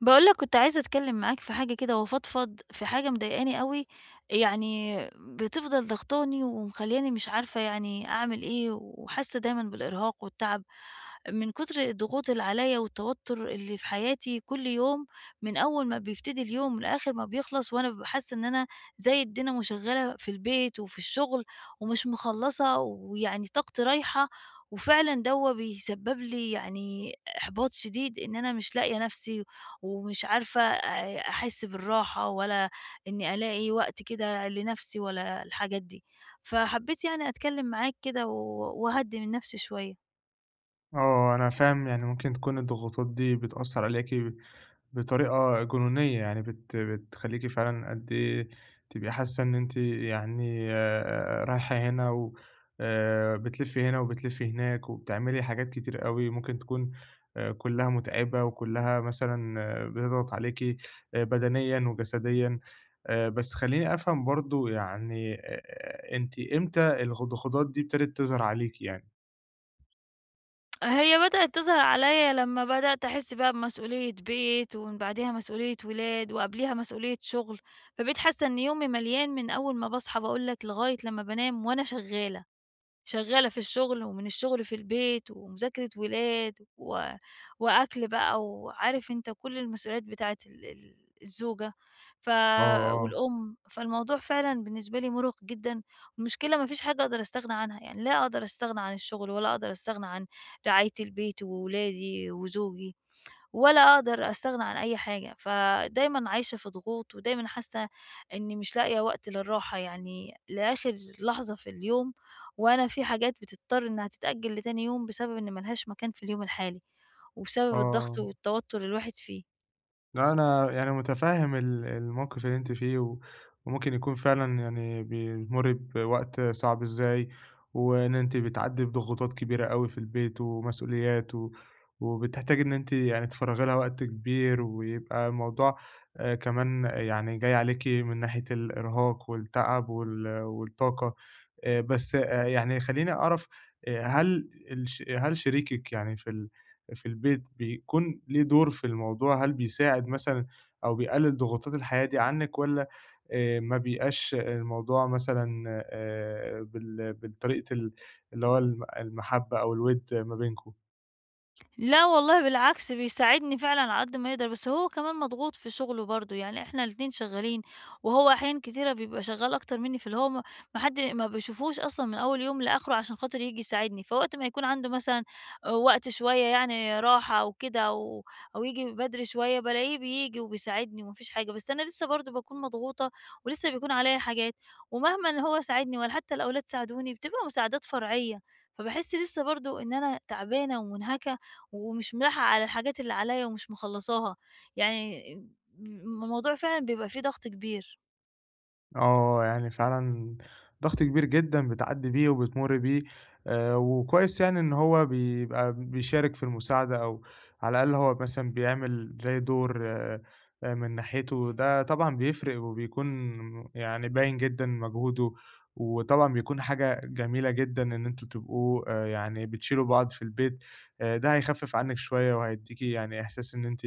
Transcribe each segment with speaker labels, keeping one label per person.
Speaker 1: باقول لك كنت عايزة أتكلّم معاك في حاجة كده وأفضفض في حاجة مضايقاني أوي، يعني بتفضل ضاغطاني ومخلّياني مش عارفة يعني أعمل إيه، وحاسة دايمًا بالإرهاق والتعب من كتر الضغوط اللي عليّا والتوتر اللي في حياتي كل يوم، من أول ما بيبتدي اليوم لآخر ما بيخلص وأنا بابقى حاسة إن أنا زي الدينامو شغّالة في البيت وفي الشغل ومش مخلّصة ويعني طاقتي رايحة، وفعلًا دوّة بيسبب لي يعني إحباط شديد إن أنا مش لاقية نَفْسي ومش عارفة أحس بالراحة ولا إني ألاقي وقت كده لنفسي ولا الحاجات دي، فحبيت يعني أتكلم معاك كده وأهدّي من نفسي شوية.
Speaker 2: أنا فاهم، يعني ممكن تكون الضغوطات دي بتأثّر عليكِ بطريقة جنونية، يعني بتخلّيكِ فعلًا قد إيه تبقي حاسة إن أنتِ يعني رايحة هنا و بتلفّي هنا وبتلفّي هناك وبتعملي حاجات كتير أوي ممكن تكون كُلّها مُتعبة، وكُلّها مثلًا بتضغط عليكِ بدنيًا وجسديًا. بس خلّيني أفهم برضه، يعني أنتِ إمتى الضغوطات دي ابتدت تظهر عليكِ يعني؟
Speaker 1: هي بدأت تظهر عليَّ لمّا بدأت أحس بقى بمسؤولية بيت، ومن بعديها مسؤولية ولاد، وقبليها مسؤولية شغل، فبقيت حاسة إن يومي مليان من أول ما باصحى باقول لك لغاية لمّا بانام وأنا شغالة. شغالة في الشغل، ومن الشغل في البيت، ومذاكرة ولاد، وأكل بقى، وعارف أنت كل المسؤوليات بتاعة ال الزوجة، ف
Speaker 2: آه،
Speaker 1: والأم، فالموضوع فعلًا بالنسبة لي مُرهِق جدًا، والمشكلة ما فيش حاجة أقدر أستغنى عنها، يعني لا أقدر أستغنى عن الشغل، ولا أقدر أستغنى عن رعاية البيت وولادي وزوجي. ولا أقدر أستغنى عن أي حاجة، فدايمًا عايشة في ضغوط، ودايمًا حاسة إني مش لاقية وقت للراحة يعني لآخر لحظة في اليوم، وأنا في حاجات بتضطر إنها تتأجل لتاني يوم بسبب إن ما لهاش مكان في اليوم الحالي،
Speaker 2: آه،
Speaker 1: وبسبب الضغط
Speaker 2: آه.
Speaker 1: والتوتر اللي الواحد فيه.
Speaker 2: لأ، أنا يعني متفهّم الموقِف اللي أنتِ فيه، وممكن يكون فعلًا يعني بتمُرّي بوقت صعب إزاي، وإن أنتِ بتعدّي بضغوطات كبيرة أوي في البيت ومسؤوليات، وبتحتاجي إن أنتِ يعني تفرّغي لها وقت كبير، ويبقى الموضوع كمان يعني جاي عليكِ من ناحية الإرهاق والتعب والطاقة. بس يعني خلّيني أعرف، هل هل شريكِك يعني في في البيت بيكون ليه دور في الموضوع؟ هل بيساعد مثلًا أو بيقلل ضغوطات الحياة دي عنِك، والّا ما بيبقاش الموضوع مثلًا بالطريقة اللي هو المحبة أو الوِد ما بينكم؟
Speaker 1: لا والله بالعكس بيساعدني فعلًا على قد ما يقدر، بس هو كمان مضغوط في شغله برضه، يعني إحنا الاتنين شغالين، وهو أحيان كتيرة بيبقى شغال أكتر منّي، فاللي هو ما حد ما باشوفوش أصلًا من أول يوم لآخره عشان خاطر ييجي يساعدني، فوقت ما يكون عنده مثلًا وقت شوية يعني راحة أو كده أو ييجي بدري شوية، بالاقيه بييجي وبيساعدني وما فيش حاجة، بس أنا لسه برضه باكون مضغوطة ولسه بيكون عليّا حاجات، ومهما إن هو ساعدني ولا حتى الأولاد ساعدوني، بتبقى مساعدات فرعية، فباحس لسه برضه إن أنا تعبانة ومنهكة ومش ملاحقة على الحاجات اللي عليَّ ومش مخلّصاها، يعني الموضوع فعلًا بيبقى فيه ضغط كبير.
Speaker 2: آه، يعني فعلًا ضغط كبير جدًا بتعدّي بيه وبتمُرّي بيه. وكويس يعني إن هو بيبقى بيشارك في المساعدة، أو على الأقل هو مثلًا بيعمل زي دور من ناحيته. ده طبعًا بيفرق، وبيكون يعني باين جدًا مجهوده. وطبعًا بيكون حاجة جميلة جدًا إن أنتم تبقوا يعني بتشيلوا بعض في البيت. ده هيخفِّف عنِّك شوية، وهيدّيكِ يعني إحساس إن أنتِ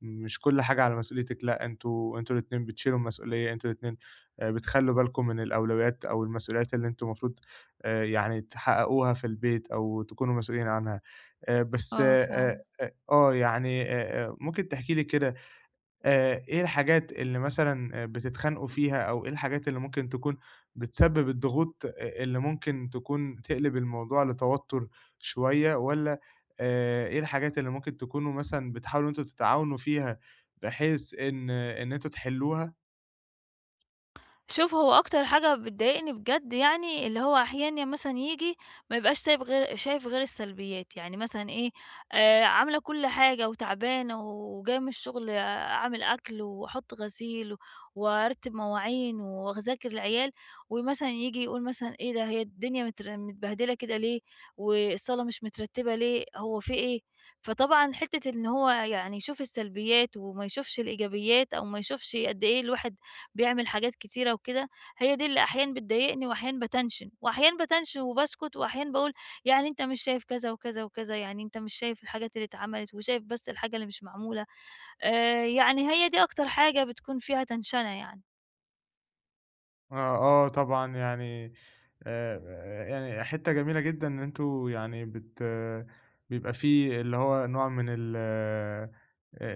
Speaker 2: مش كل حاجة على مسؤوليتِك، لأ أنتم الاتنين بتشيلوا المسؤولية، أنتم الاتنين بتخلّوا بالكم من الأولويات أو المسؤوليات اللي أنتم المفروض يعني تحققوها في البيت أو تكونوا مسؤولين عنها. بس
Speaker 1: آه فعلًا.
Speaker 2: أ آه، آه، يعني ممكن تحكي لي كده إيه الحاجات اللي مثلًا بتتخانقوا فيها، أو إيه الحاجات اللي ممكن تكون بتسبب الضغوط أ اللي ممكن تكون تقلب الموضوع لتوتر شوية، والّا إيه الحاجات اللي ممكن تكونوا مثلًا بتحاولوا إن أنتم تتعاونوا فيها، بحيث إن أنتم تحلّوها.
Speaker 1: شوف هو أكتر حاجة بتضايقني بجد يعني اللي هو أحيانا يعني مثلًا ييجي ما يبقاش سايب غير شايف غير السلبيات، يعني مثلًا إيه، عاملة كل حاجة وتعبانة وجاية من الشغل، أعمل أكل وأحط غسيل وأرتب مواعين وأذاكر العيال، ومثلًا ييجي يقول مثلًا إيه ده هي الدنيا متبهدلة كده ليه، والصالة مش مترتبة ليه، هو في إيه؟ فطبعًا حتة إن هو يعني يشوف السلبيات وما يشوفش الإيجابيات أو ما يشوفش قد إيه الواحد بيعمل حاجات كتيرة وكده، هي دي اللي أحيانًا بتضايقني وأحيانًا باتنشن، وأحيانًا باتنشن وباسكت وأحيانًا باقول يعني أنت مش شايف كذا وكذا وكذا، يعني أنت مش شايف الحاجات اللي اتعملت وشايف بس الحاجة اللي مش معمولة، يعني هي دي أكتر حاجة بتكون فيها تنشنة يعني.
Speaker 2: آه، آه طبعًا، يعني يعني حتّة جميلة جدًا إن أنتم يعني بيبقى في اللي هو نوع من ال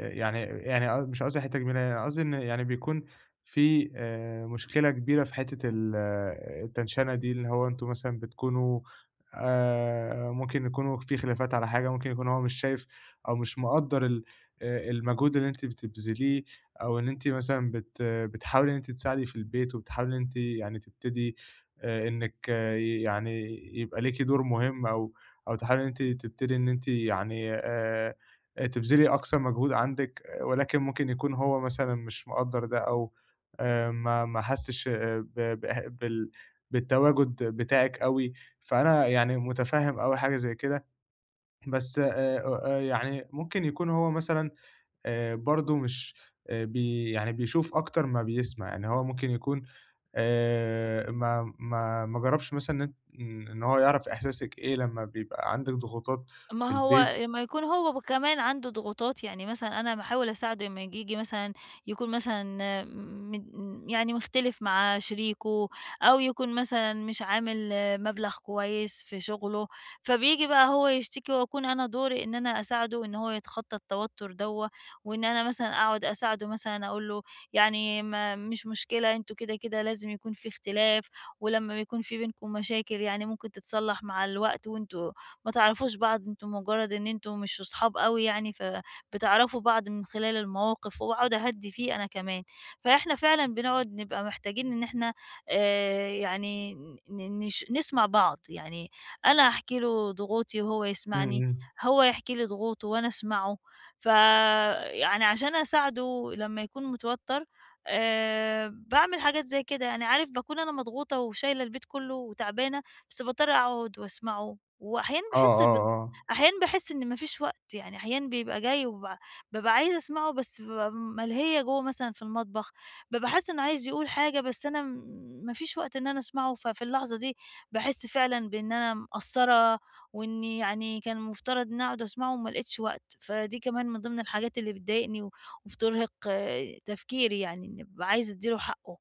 Speaker 2: يعني يعني ق مش قصدي حتّة جميلة، يعني قصدي إن يعني بيكون في مشكلة كبيرة في حتّة ال آه، التنشنة دي، اللي هو أنتم مثلًا بتكونوا ممكن يكونوا في خلافات على حاجة، ممكن يكون هو مش شايف أو مش مقدّر ال المجهود اللي أنتِ بتبذليه. أو إن أنتِ مثلًا بتحاولي إن أنتِ تساعدي في البيت، وبتحاولي إن أنتِ يعني تبتدي إنِّك يعني يبقى ليكِ دور مهم، أو أو تحاولي إن أنتِ تبتدي إن أنتِ يعني تبذلي أقصى مجهود عندِك. آه، ولكن ممكن يكون هو مثلًا مش مقدّر ده، أو ما ما حسّش آه، ب بإح بال بالتواجد بتاعِك أوي. فأنا يعني مُتفهِّم أوي حاجة زي كده. بس أ يعني ممكن يكون هو مثلًا برضه مش بي يعني بيشوف أكتر ما بيسمع، يعني هو ممكن يكون ما جرّبش مثلًا إن أنت إن إن هو يعرف إحساسِك إيه لمّا بيبقى عندِك ضغوطات في
Speaker 1: ما هو
Speaker 2: البيت.
Speaker 1: لمّا يكون هو كمان عنده ضغوطات، يعني مثلًا أنا باحاول أساعده لمّا ييجي مثلًا يكون مثلًا يعني مختلف مع شريكه، أو يكون مثلًا مش عامل مبلغ كويس في شغله، فبييجي بقى هو يشتكي وأكون أنا دوري إن أنا أساعده إن هو يتخطى التوتر دوّة، وإن أنا مثلًا أقعد أساعده مثلًا أقول له يعني ما مش مشكلة أنتم كده، كده لازم يكون في اختلاف، ولمّا بيكون في بينكم مشاكل يعني ممكن تتصلح مع الوقت وأنتم ما تعرفوش بعض أنتم مجرد إن أنتم مش أصحاب أوي يعني، فبتعرفوا بعض من خلال المواقف، وباقعد أهدّي فيه أنا كمان. فإحنا فعلًا بنقعد نبقى محتاجين إن إحنا يعني ن نش نسمع بعض، يعني أنا أحكي له ضغوطي وهو
Speaker 2: إمم،
Speaker 1: يسمعني،
Speaker 2: إمم.
Speaker 1: هو يحكي لي ضغوطه وأنا أسمعه، فيعني عشان أساعده لمّا يكون متوتر باعمل حاجات زي كده، يعني عارف باكون أنا مضغوطة وشايلة البيت كُلّه وتعبانة، بس باضطر أقعد وأسمعه وأحيانًا
Speaker 2: آه،
Speaker 1: باحس
Speaker 2: آه،
Speaker 1: بض
Speaker 2: آه.
Speaker 1: أحيانًا باحس إن ما فيش وقت، يعني أحيانًا بيبقى جاي بابقى عايزة أسمعه بس بابقى ملهية جوّه مثلًا في المطبخ، بابقى حاسة إنه عايز يقول حاجة بس أنا ما فيش وقت إن أنا أسمعه، ففي اللحظة دي باحس فعلًا بإن أنا مقصّرة وإني يعني كان المفترض إن أنا أقعد أسمعه وما لقيتش وقت، فدي كمان من ضمن الحاجات اللي بتضايقني وبترهق تفكيري يعني، إني بابقى عايزة أدّي له حقّه.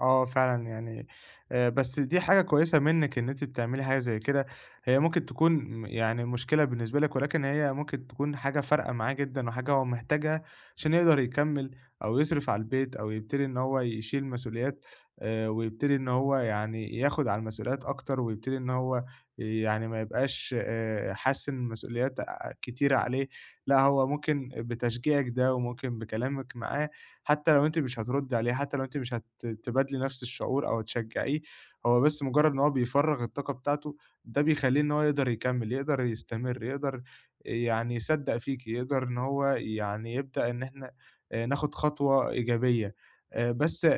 Speaker 2: آه فعلًا، يعني بس دي حاجة كويسة منِّك إن أنتِ بتعملي حاجة زي كده. هي ممكن تكون يعني مشكلة بالنسبة لِك، ولكن هي ممكن تكون حاجة فارقة معاه جدًا، وحاجة هو محتاجها عشان يقدر يكمّل، أو يصرف على البيت، أو يبتدي إن هو يشيل مسؤوليات. ويبتدي إن هو يعني ياخد على المسؤوليات أكتر، ويبتدي إن هو يعني ما يبقاش حاسس إن المسؤوليات كتيرة عليه. لأ هو ممكن بتشجيعِك ده، وممكن بكلامِك معاه، حتى لو أنتِ مش هتردّي عليه، حتى لو أنتِ مش تبادلي نفس الشعور أو تشجّعيه، هو بس مجرّد إن هو بيفرّغ الطاقة بتاعته، ده بيخلّيه إن هو يقدر يكمّل، يقدر يستمر، يقدر يعني يصدّق فيكِ، يقدر إن هو يعني يبدأ إن إحنا ناخُد خطوة إيجابية. بس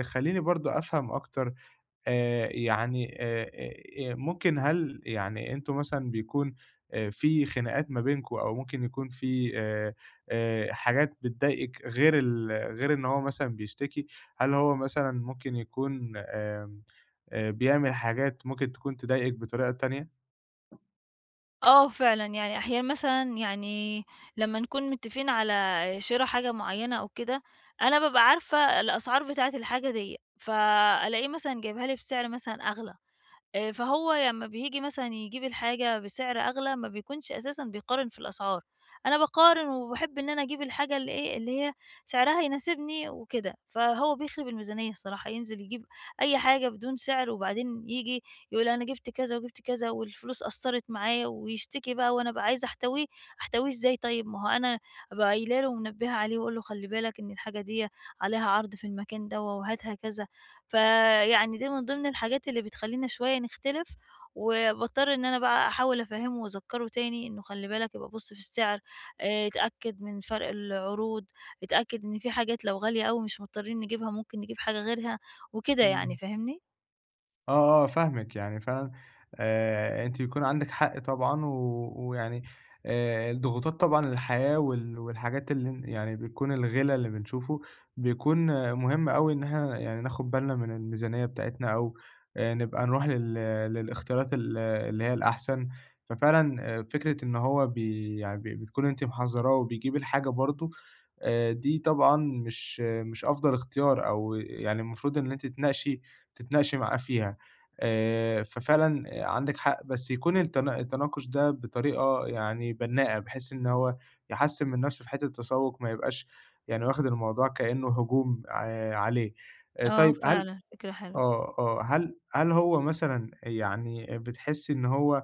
Speaker 2: خلّيني برضه أفهم أكتر، آآ يعني آآ ممكن هل يعني أنتم مثلًا بيكون في خناقات ما بينكم، أو ممكن يكون في حاجات بتضايقِك غير غير إن هو مثلًا بيشتكي؟ هل هو مثلًا ممكن يكون آمم، بيعمل حاجات ممكن تكون تضايقِك بطريقة تانية؟
Speaker 1: آه فعلًا، يعني أحيانًا مثلًا يعني لمّا نكون متّفقين على شِرا حاجة معيّنة أو كده، أنا بابقى عارفة الأسعار بتاعة الحاجة ديّة، فألاقيه مثلًا جايبها لي بسعر مثلًا أغلى. فهو لمّا بييجي مثلًا يجيب الحاجة بسعر أغلى ما بيكونش أساسًا بيقارن في الأسعار، أنا باقارن وباحب إن أنا أجيب الحاجة اللي إيه، اللي هي سعرها يناسبني وكده، فهو بيخرب الميزانية الصراحة، ينزل يجيب أي حاجة بدون سعر وبعدين ييجي يقول أنا جبت كذا وجبت كذا والفلوس قصّرت معايا ويشتكي بقى وأنا بابقى عايزة أحتويه، أحتويه إزاي طيب؟ ما هو أنا أبقى قايله له ومنبهة عليه واقول له خلّي بالك إن الحاجة ديّة عليها عرض في المكان دوّة وهاتها كذا. فيعني دي من ضمن الحاجات اللي بتخلّينا شوية نختلف، وباضطر إن أنا بقى أحاول أفهّمه وأذكّره تاني إنه خلّي بالك يبقى بُص في السعر، اتأكد من فرق العروض، اتأكد إن في حاجات لو غالية أوي مش مضطرين نجيبها ممكن نجيب حاجة غيرها وكده يعني،
Speaker 2: إمم.
Speaker 1: فاهمني؟
Speaker 2: آه، آه، فاهمِك، يعني فعلًا أنتِ بيكون عندِك حق طبعًا، ويعني الضغوطات طبعًا الحياة والحاجات اللي يعني بتكون الغِلَى اللي بنشوفه، بيكون مهم أوي إن إحنا يعني ناخد بالنا من الميزانية بتاعتنا، أو نبقى نروح للاختيارات اللي هي الأحسن. ففعلًا فكرة إن هو يعني بتكون أنتِ محذّراه وبيجيب الحاجة برضه، دي طبعًا مش مش أفضل اختيار، أو يعني المفروض إن أنتِ تتناقشي معاه فيها. ففعلًا آه، عندِك حق، بس يكون التناقش ده بطريقة يعني بناءة، بحيث إن هو يحسّن من نفسه في حتّة التسوّق، ما يبقاش يعني واخد الموضوع كإنه هجوم عليه.
Speaker 1: آه
Speaker 2: طيب هل
Speaker 1: فعلًا، فكرة حلوة.
Speaker 2: آه، آه، هل هو مثلًا يعني بتحسّي إن هو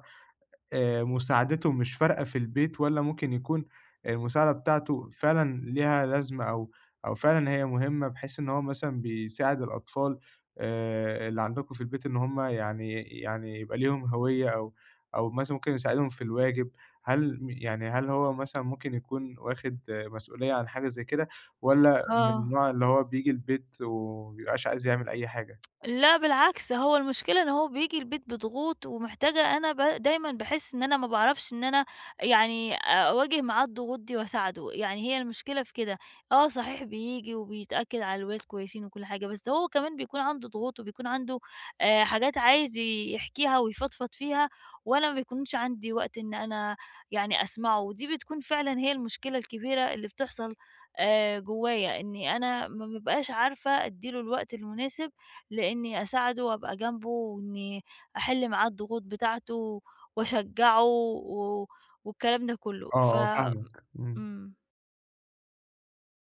Speaker 2: مساعدته مش فارقة في البيت، والّا ممكن يكون المساعدة بتاعته فعلًا ليها لازمة، أو أو فعلًا هي مهمة بحيث إن هو مثلًا بيساعد الأطفال اللي عندكم في البيت إن هم يعني يعني يبقى ليهم هوية، أو أو مثلًا ممكن يساعدهم في الواجب. هل يعني هل هو مثلًا ممكن يكون واخد مسؤولية عن حاجة زي كده، والّا من
Speaker 1: آه.
Speaker 2: النوع اللي هو بييجي البيت وما بيبقاش عايز يعمل أي حاجة؟
Speaker 1: لأ بالعكس، هو المشكلة إن هو بييجي البيت بضغوط ومحتاجة أنا دايمًا باحس إن أنا ما باعرفش إن أنا يعني أواجه معاه الضغوط دي وأساعده، يعني هي المشكلة في كده. آه صحيح بييجي وبيتأكد على الولاد كويسين وكل حاجة، بس هو كمان بيكون عنده ضغوط وبيكون عنده حاجات عايز يحكيها ويفضفض فيها، وأنا ما بيكونش عندي وقت إن أنا يعني أسمعه، ودي بتكون فعلًا هي المشكلة الكبيرة اللي بتحصل جوايا، إني أنا ما بابقاش عارفة أدّي له الوقت المناسب لإني أساعده وأبقى جنبه وإني أحِل معاه الضغوط بتاعته وأشجّعه والكلام ده كُلّه.
Speaker 2: آه، آه، فاهمِك، إمم،
Speaker 1: إمم.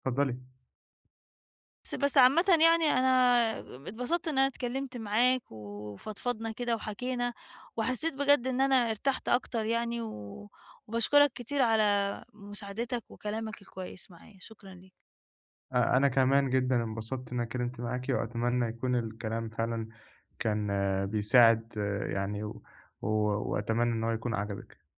Speaker 2: اتفضلي.
Speaker 1: بس عامةً يعني أنا اتبسطت إن أنا اتكلّمت معاك وفضفضنا كده وحكينا، وحسّيت بجد إن أنا ارتحت أكتر يعني وباشكرك كتير على مساعدتك وكلامك الكويس معايا، شكرًا ليك.
Speaker 2: أنا كمان جدًا انبسطت إن أنا اتكلمت معاكِ، وأتمنى يكون الكلام فعلًا كان بيساعد يعني، و و وأتمنى إن هو يكون عجبِك.